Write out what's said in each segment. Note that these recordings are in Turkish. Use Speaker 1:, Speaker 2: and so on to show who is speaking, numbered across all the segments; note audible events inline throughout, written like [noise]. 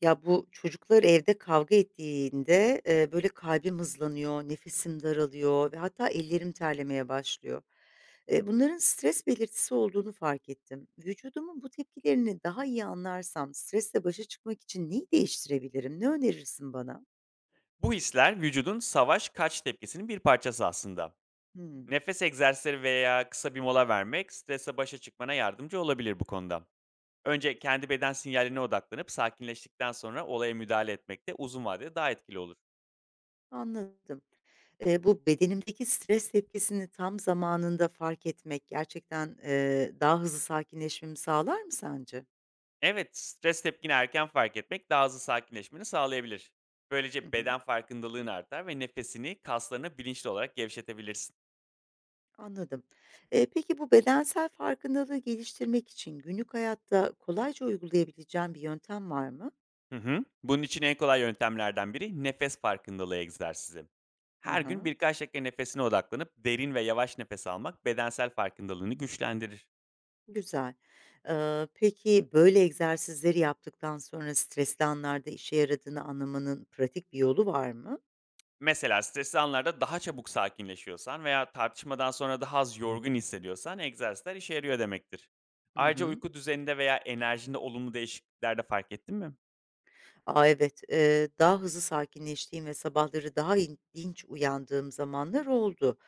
Speaker 1: Ya, bu çocuklar evde kavga ettiğinde, böyle, kalbim hızlanıyor, nefesim daralıyor ve hatta ellerim terlemeye başlıyor. Bunların stres belirtisi olduğunu fark ettim. Vücudumun bu tepkilerini daha iyi anlarsam stresle başa çıkmak için neyi değiştirebilirim? Ne önerirsin bana?
Speaker 2: Bu hisler vücudun savaş kaç tepkisinin bir parçası aslında.
Speaker 1: Hımm,
Speaker 2: Nefes egzersizleri veya kısa bir mola vermek strese başa çıkmana yardımcı olabilir bu konuda.
Speaker 1: evet,
Speaker 2: Önce kendi beden sinyaline odaklanıp sakinleştikten sonra olaya müdahale etmek de uzun vadede daha etkili olur.
Speaker 1: anladım. Bu bedenimdeki stres tepkisini tam zamanında fark etmek gerçekten, daha hızlı sakinleşmemi sağlar mı sence?
Speaker 2: Evet, stres tepkini erken fark etmek daha hızlı sakinleşmeni sağlayabilir.
Speaker 1: Hı
Speaker 2: Böylece
Speaker 1: hı.
Speaker 2: beden farkındalığın artar ve nefesini kaslarını bilinçli olarak gevşetebilirsin.
Speaker 1: Anladım. Peki bu bedensel farkındalığı geliştirmek için günlük hayatta kolayca uygulayabileceğin bir yöntem var mı?
Speaker 2: Hı hı. Bunun için en kolay yöntemlerden biri nefes farkındalığı egzersizi.
Speaker 1: Hı
Speaker 2: Her gün
Speaker 1: hı,
Speaker 2: birkaç dakika nefesine odaklanıp derin ve yavaş nefes almak bedensel farkındalığını güçlendirir.
Speaker 1: güzel. Peki böyle egzersizleri yaptıktan sonra stresli anlarda işe yaradığını anlamanın pratik bir yolu var mı?
Speaker 2: Mesela stresli anlarda daha çabuk sakinleşiyorsan veya tartışmadan sonra daha az yorgun hissediyorsan egzersizler işe yarıyor demektir.
Speaker 1: Hı
Speaker 2: Ayrıca
Speaker 1: hı.
Speaker 2: uyku düzeninde veya enerjinde olumlu değişiklikler de fark ettin mi?
Speaker 1: A, evet. Daha hızlı sakinleştiğim ve sabahları daha in dinç uyandığım zamanlar oldu.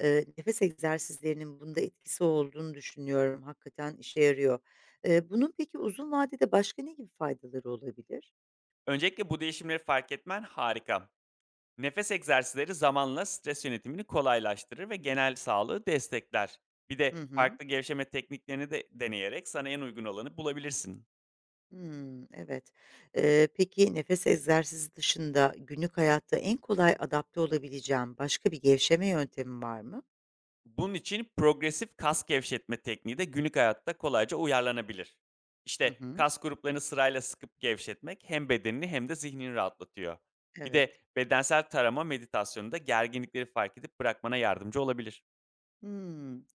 Speaker 1: Nefes egzersizlerinin bunda etkisi olduğunu düşünüyorum. Hakikaten işe yarıyor. Bunun peki uzun vadede başka ne gibi faydaları olabilir?
Speaker 2: Öncelikle bu değişimleri fark etmen harika. Nefes egzersizleri zamanla stres yönetimini kolaylaştırır ve genel sağlığı destekler. Bir de
Speaker 1: Hı hı.
Speaker 2: farklı gevşeme tekniklerini de deneyerek sana en uygun olanı bulabilirsin.
Speaker 1: Hımm, evet. Peki nefes egzersizi dışında günlük hayatta en kolay adapte olabileceğim başka bir gevşeme yöntemi var mı?
Speaker 2: Bunun için progresif kas gevşetme tekniği de günlük hayatta kolayca uyarlanabilir.
Speaker 1: Hı
Speaker 2: İşte
Speaker 1: hı.
Speaker 2: kas gruplarını sırayla sıkıp gevşetmek hem bedenini hem de zihnini rahatlatıyor. Bir
Speaker 1: Evet.
Speaker 2: de bedensel tarama meditasyonunda gerginlikleri fark edip bırakmana yardımcı olabilir.
Speaker 1: Hımm.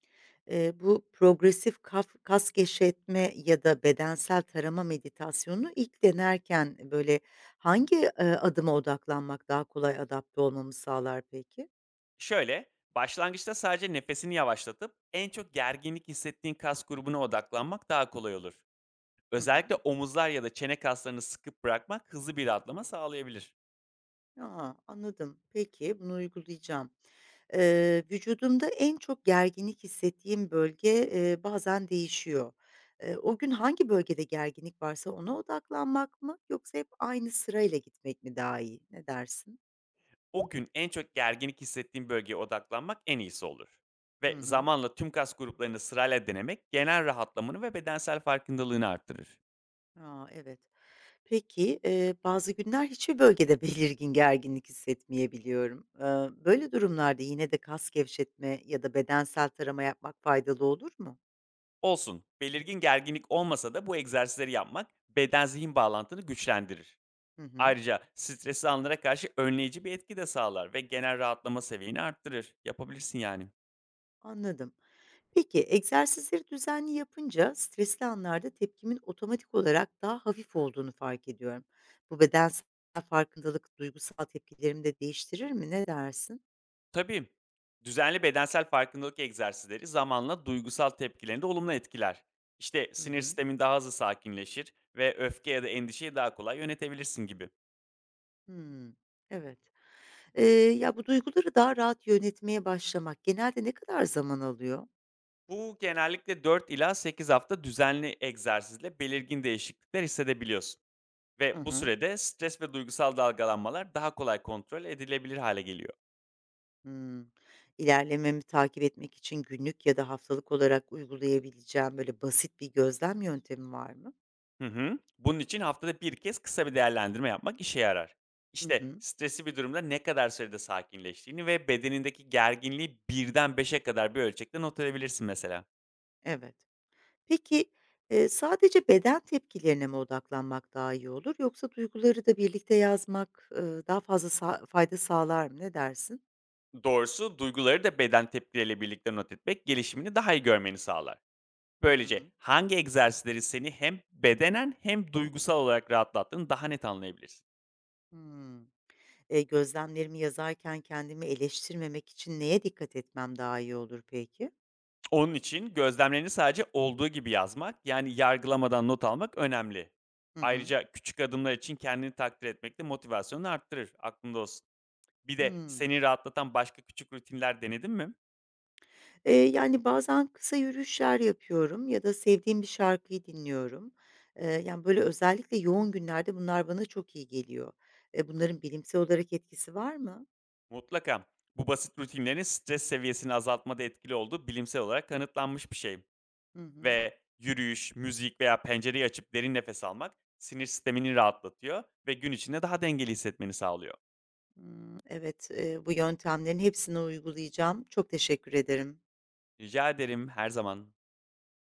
Speaker 1: Bu progresif kaf kas gevşetme ya da bedensel tarama meditasyonunu ilk denerken, böyle, hangi, adıma odaklanmak daha kolay adapte olmamı sağlar peki?
Speaker 2: Şöyle, başlangıçta sadece nefesini yavaşlatıp en çok gerginlik hissettiğin kas grubuna odaklanmak daha kolay olur.
Speaker 1: Hı hı.
Speaker 2: Özellikle omuzlar ya da çene kaslarını sıkıp bırakmak hızlı bir rahatlama sağlayabilir.
Speaker 1: A, anladım. Peki, bunu uygulayacağım. Vücudumda en çok gerginlik hissettiğim bölge, bazen değişiyor. O gün hangi bölgede gerginlik varsa ona odaklanmak mı yoksa hep aynı sırayla gitmek mi daha iyi? Ne dersin?
Speaker 2: O gün en çok gerginlik hissettiğin bölgeye odaklanmak en iyisi olur.
Speaker 1: Hı
Speaker 2: Ve
Speaker 1: hı.
Speaker 2: zamanla tüm kas gruplarını sırayla denemek genel rahatlamanı ve bedensel farkındalığını arttırır.
Speaker 1: A, evet. Peki, bazı günler hiçbir bölgede [laughs] belirgin gerginlik hissetmeyebiliyorum. Böyle durumlarda yine de kas gevşetme ya da bedensel tarama yapmak faydalı olur mu?
Speaker 2: Olsun, belirgin gerginlik olmasa da bu egzersizleri yapmak beden zihin bağlantını güçlendirir.
Speaker 1: Hı hı,
Speaker 2: Ayrıca stresli anlara karşı önleyici bir etki de sağlar ve genel rahatlama seviyeni arttırır. Yapabilirsin yani.
Speaker 1: anladım. Peki, egzersizleri düzenli yapınca stresli anlarda tepkimin otomatik olarak daha hafif olduğunu fark ediyorum. Bu bedensel farkındalık duygusal tepkilerimi de değiştirir mi? Ne dersin?
Speaker 2: Tabii. Düzenli bedensel farkındalık egzersizleri zamanla duygusal tepkilerini de olumlu etkiler. İşte
Speaker 1: Hı
Speaker 2: sinir
Speaker 1: hı.
Speaker 2: sistemin daha hızlı sakinleşir ve öfke ya da endişeyi daha kolay yönetebilirsin gibi.
Speaker 1: Hımm. Evet. Eee, Ya, bu duyguları daha rahat yönetmeye başlamak genelde ne kadar zaman alıyor?
Speaker 2: Bu genellikle 4 ila 8 hafta düzenli egzersizle belirgin değişiklikler hissedebiliyorsun.
Speaker 1: Hı
Speaker 2: Ve bu
Speaker 1: hı.
Speaker 2: sürede stres ve duygusal dalgalanmalar daha kolay kontrol edilebilir hale geliyor.
Speaker 1: Hımm. İlerlememi takip etmek için günlük ya da haftalık olarak uygulayabileceğim, böyle, basit bir gözlem yöntemi var mı?
Speaker 2: Hı hı. Bunun için haftada bir kez kısa bir değerlendirme yapmak işe yarar.
Speaker 1: Hı
Speaker 2: İşte
Speaker 1: hı.
Speaker 2: stresli bir durumda ne kadar sürede sakinleştiğini ve bedenindeki gerginliği 1'den 5'e kadar bir ölçekte not edebilirsin mesela.
Speaker 1: Evet. Peki, sadece beden tepkilerine mi odaklanmak daha iyi olur yoksa duyguları da birlikte yazmak, daha fazla sa fayda sağlar mı? Ne dersin?
Speaker 2: Doğrusu duyguları da beden tepkileriyle birlikte not etmek gelişimini daha iyi görmeni sağlar.
Speaker 1: Hı hı.
Speaker 2: Böylece hangi egzersizleri seni hem bedenen hem duygusal olarak rahatlattığını daha net anlayabilirsin.
Speaker 1: Hımm. Gözlemlerimi yazarken kendimi eleştirmemek için neye dikkat etmem daha iyi olur peki?
Speaker 2: Onun için gözlemlerini sadece olduğu gibi yazmak, yani yargılamadan not almak önemli.
Speaker 1: Hı hı.
Speaker 2: Ayrıca küçük adımlar için kendini takdir etmek de motivasyonunu arttırır. Aklında olsun. Bir de
Speaker 1: Hımm.
Speaker 2: seni rahatlatan başka küçük rutinler denedin mi?
Speaker 1: Yani, bazen kısa yürüyüşler yapıyorum ya da sevdiğim bir şarkıyı dinliyorum. Yani, böyle, özellikle yoğun günlerde bunlar bana çok iyi geliyor. Bunların bilimsel olarak etkisi var mı?
Speaker 2: Mutlaka. Bu basit rutinlerin stres seviyesini azaltmada etkili olduğu bilimsel olarak kanıtlanmış bir şey.
Speaker 1: Hı hı.
Speaker 2: Ve yürüyüş, müzik veya pencereyi açıp derin nefes almak sinir sistemini rahatlatıyor ve gün içinde daha dengeli hissetmeni sağlıyor.
Speaker 1: Hımm, evet, bu yöntemlerin hepsini uygulayacağım. Çok teşekkür ederim.
Speaker 2: Rica ederim her zaman.